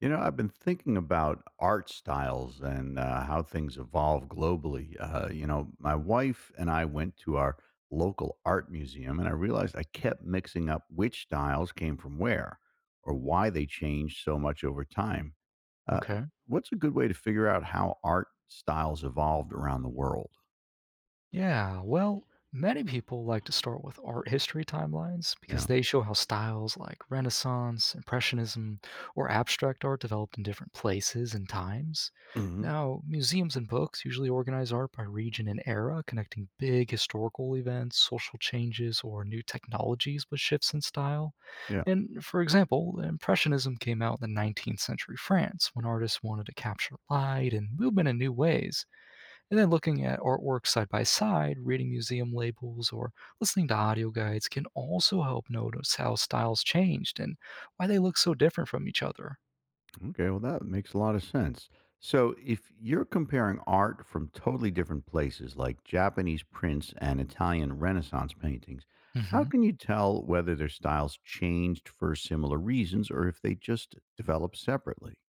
You know, I've been thinking about art styles and how things evolve globally. My wife and I went to our local art museum, and I realized I kept mixing up which styles came from where or why they changed so much over time. Uh, Okay. what's a good way to figure out how art styles evolved around the world? Yeah. Well, many people like to start with art history timelines You because know? they show how styles like Renaissance, Impressionism, or abstract art developed in different places and times. Hmm. Now, museums and books usually organize art by region and era, connecting big historical events, social changes, or new technologies with shifts in style. Yeah. And for example, Impressionism came out in the 19th century France when artists wanted to capture light and movement in new ways. And then looking at artwork side by side, reading museum labels, or listening to audio guides can also help notice how styles changed and why they look so different from each other. Okay, well, that makes a lot of sense. So, if you're comparing art from totally different places, like Japanese prints and Italian Renaissance paintings, how hmm can you tell whether their styles changed for similar reasons or if they just developed separately?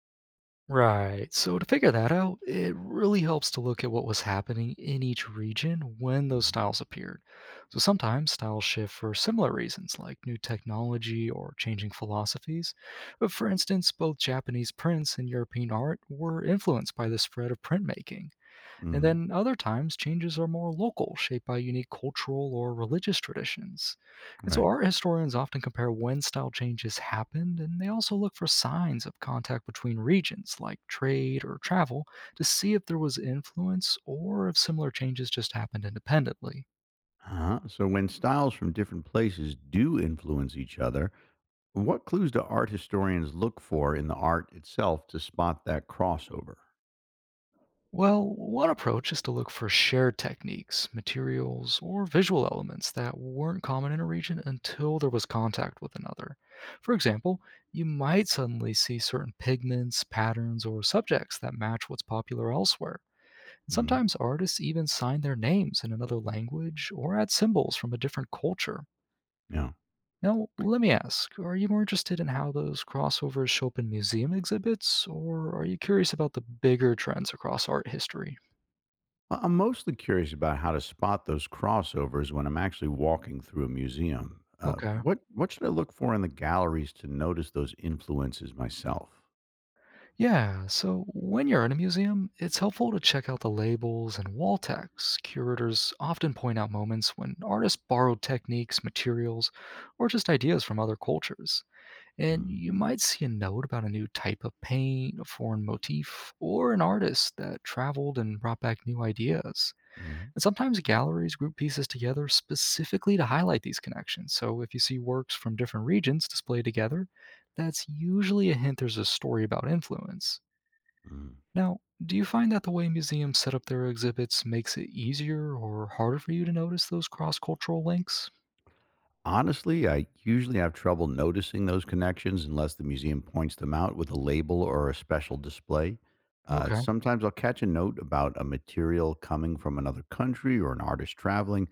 Right. So to figure that out, it really helps to look at what was happening in each region when those styles appeared. So sometimes styles shift for similar reasons, like new technology or changing philosophies. But for instance, both Japanese prints and European art were influenced by the spread of printmaking. And Mm-hmm. then other times, changes are more local, shaped by unique cultural or religious traditions. And so Right. art historians often compare when style changes happened, and they also look for signs of contact between regions, like trade or travel, to see if there was influence or if similar changes just happened independently. Uh-huh. So, when styles from different places do influence each other, what clues do art historians look for in the art itself to spot that crossover? Well, one approach is to look for shared techniques, materials, or visual elements that weren't common in a region until there was contact with another. For example, you might suddenly see certain pigments, patterns, or subjects that match what's popular elsewhere. And Hmm. sometimes artists even sign their names in another language or add symbols from a different culture. Yeah. Now, let me ask, are you more interested in how those crossovers show up in museum exhibits, or are you curious about the bigger trends across art history? Well, I'm mostly curious about how to spot those crossovers when I'm actually walking through a museum. Okay. What should I look for in the galleries to notice those influences myself? Yeah, so when you're in a museum, it's helpful to check out the labels and wall text. Curators often point out moments when artists borrowed techniques, materials, or just ideas from other cultures. And Mhm, you might see a note about a new type of paint, a foreign motif, or an artist that traveled and brought back new ideas. mhm, And sometimes galleries group pieces together specifically to highlight these connections. So if you see works from different regions displayed together, that's usually a hint there's a story about influence. mhm. Now, do you find that the way museums set up their exhibits makes it easier or harder for you to notice those cross cultural links? Honestly, I usually have trouble noticing those connections unless the museum points them out with a label or a special display. Okay, Sometimes I'll catch a note about a material coming from another country or an artist traveling,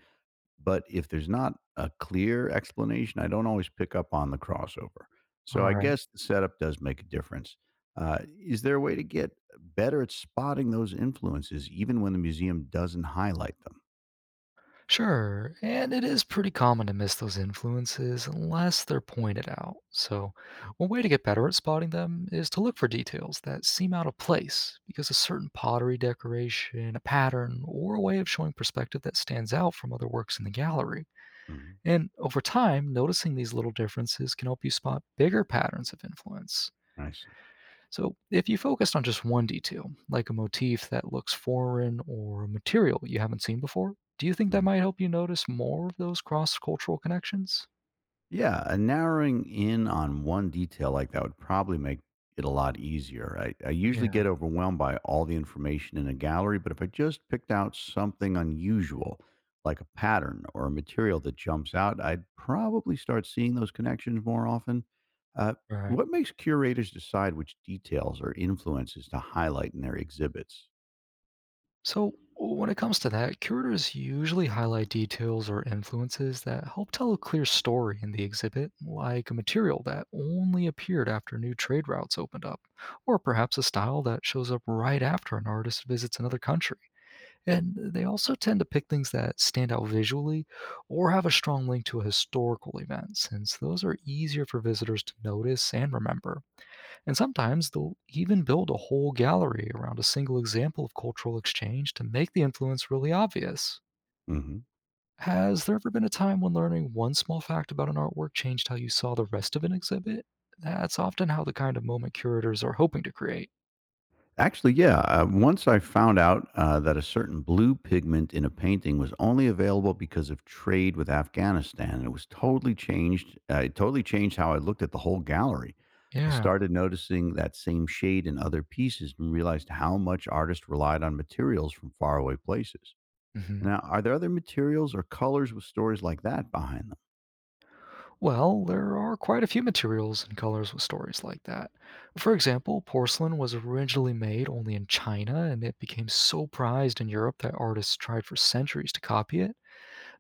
but if there's not a clear explanation, I don't always pick up on the crossover. So all I right. guess the setup does make a difference. Is there a way to get better at spotting those influences even when the museum doesn't highlight them? Sure, and it is pretty common to miss those influences unless they're pointed out. So, one way to get better at spotting them is to look for details that seem out of place, because a certain pottery decoration, a pattern, or a way of showing perspective that stands out from other works in the gallery. Mhm. And over time, noticing these little differences can help you spot bigger patterns of influence. I see. So, if you focused on just one detail, like a motif that looks foreign or a material you haven't seen before, do you think Mm. that might help you notice more of those cross cultural connections? Yeah, and narrowing in on one detail like that would probably make it a lot easier. I usually Yeah, get overwhelmed by all the information in a gallery, but if I just picked out something unusual, like a pattern or a material that jumps out, I'd probably start seeing those connections more often. Uh, right. what makes curators decide which details or influences to highlight in their exhibits? So, when it comes to that, curators usually highlight details or influences that help tell a clear story in the exhibit, like a material that only appeared after new trade routes opened up, or perhaps a style that shows up right after an artist visits another country. And they also tend to pick things that stand out visually or have a strong link to a historical event, since those are easier for visitors to notice and remember. And sometimes they'll even build a whole gallery around a single example of cultural exchange to make the influence really obvious. Mm-hmm. Has there ever been a time when learning one small fact about an artwork changed how you saw the rest of an exhibit? That's often how the kind of moment curators are hoping to create. Actually, yeah. Once I found out that a certain blue pigment in a painting was only available because of trade with Afghanistan, and it was totally changed. It totally changed how I looked at the whole gallery. I Yeah. started noticing that same shade in other pieces and realized how much artists relied on materials from faraway places. hmm Now, are there other materials or colors with stories like that behind them? Well, there are quite a few materials and colors with stories like that. For example, porcelain was originally made only in China, and it became so prized in Europe that artists tried for centuries to copy it.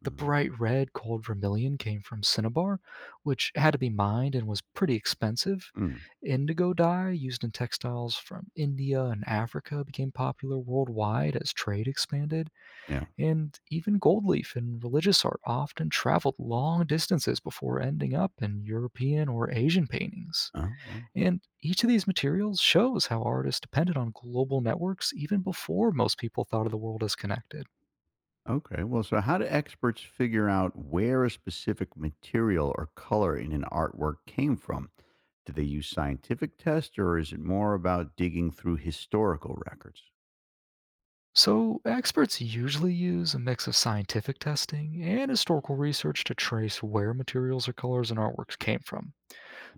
The Mm-hmm. bright red called vermilion came from cinnabar, which had to be mined and was pretty expensive. Mm, Indigo dye, used in textiles from India and Africa, became popular worldwide as trade expanded. yeah. And even gold leaf and religious art often traveled long distances before ending up in European or Asian paintings. Oh, wow. And each of these materials shows how artists depended on global networks even before most people thought of the world as connected. Okay. Well, so how do experts figure out where a specific material or color in an artwork came from? Do they use scientific tests or is it more about digging through historical records? So, experts usually use a mix of scientific testing and historical research to trace where materials or colors and artworks came from.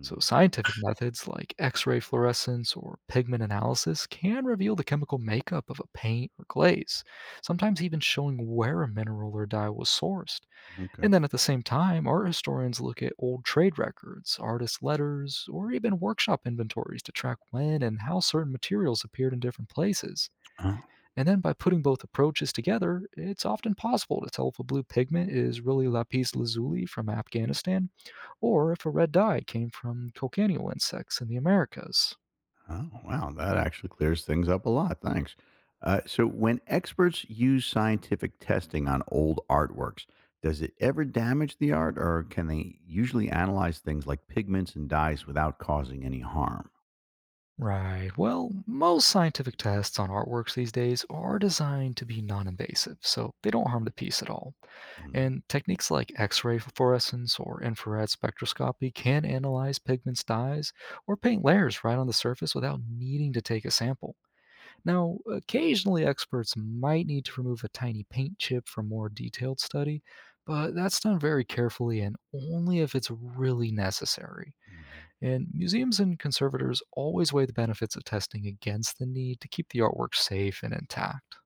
So, scientific methods like X ray fluorescence or pigment analysis can reveal the chemical makeup of a paint or glaze, sometimes even showing where a mineral or dye was sourced. Okay. And then at the same time, art historians look at old trade records, artist letters, or even workshop inventories to track when and how certain materials appeared in different places. Oh. And then by putting both approaches together, it's often possible to tell if a blue pigment is really lapis lazuli from Afghanistan, or if a red dye came from cochineal insects in the Americas. Oh, wow. That actually clears things up a lot. Thanks. So, when experts use scientific testing on old artworks, does it ever damage the art or can they usually analyze things like pigments and dyes without causing any harm? Right, well, most scientific tests on artworks these days are designed to be non invasive, so they don't harm the piece at all. And techniques like X ray fluorescence or infrared spectroscopy can analyze pigments, dyes, or paint layers right on the surface without needing to take a sample. Now, occasionally experts might need to remove a tiny paint chip for more detailed study, but that's done very carefully and only if it's really necessary. Mhm. And museums and conservators always weigh the benefits of testing against the need to keep the artwork safe and intact.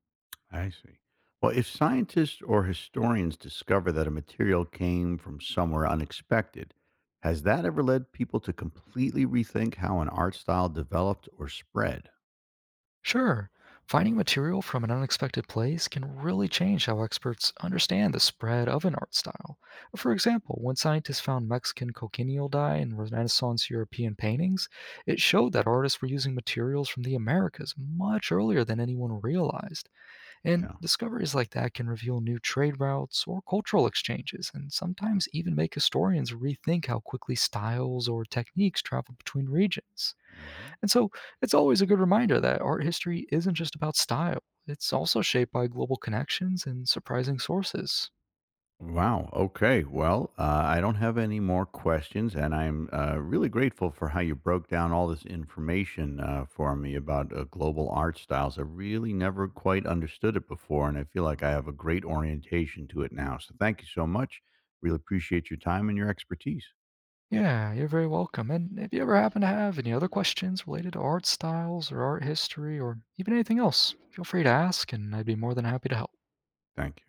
I see. Well, if scientists or historians discover that a material came from somewhere unexpected, has that ever led people to completely rethink how an art style developed or spread? Sure, finding material from an unexpected place can really change how experts understand the spread of an art style. For example, when scientists found Mexican cochineal dye in Renaissance European paintings, it showed that artists were using materials from the Americas much earlier than anyone realized. And Yeah. discoveries like that can reveal new trade routes or cultural exchanges, and sometimes even make historians rethink how quickly styles or techniques travel between regions. Hmm. And so it's always a good reminder that art history isn't just about style; it's also shaped by global connections and surprising sources. Wow. Okay. Well, I don't have any more questions, and I'm really grateful for how you broke down all this information for me about global art styles. I really never quite understood it before, and I feel like I have a great orientation to it now. So, thank you so much. Really appreciate your time and your expertise. Yeah, you're very welcome. And if you ever happen to have any other questions related to art styles or art history or even anything else, feel free to ask, and I'd be more than happy to help. Thank you.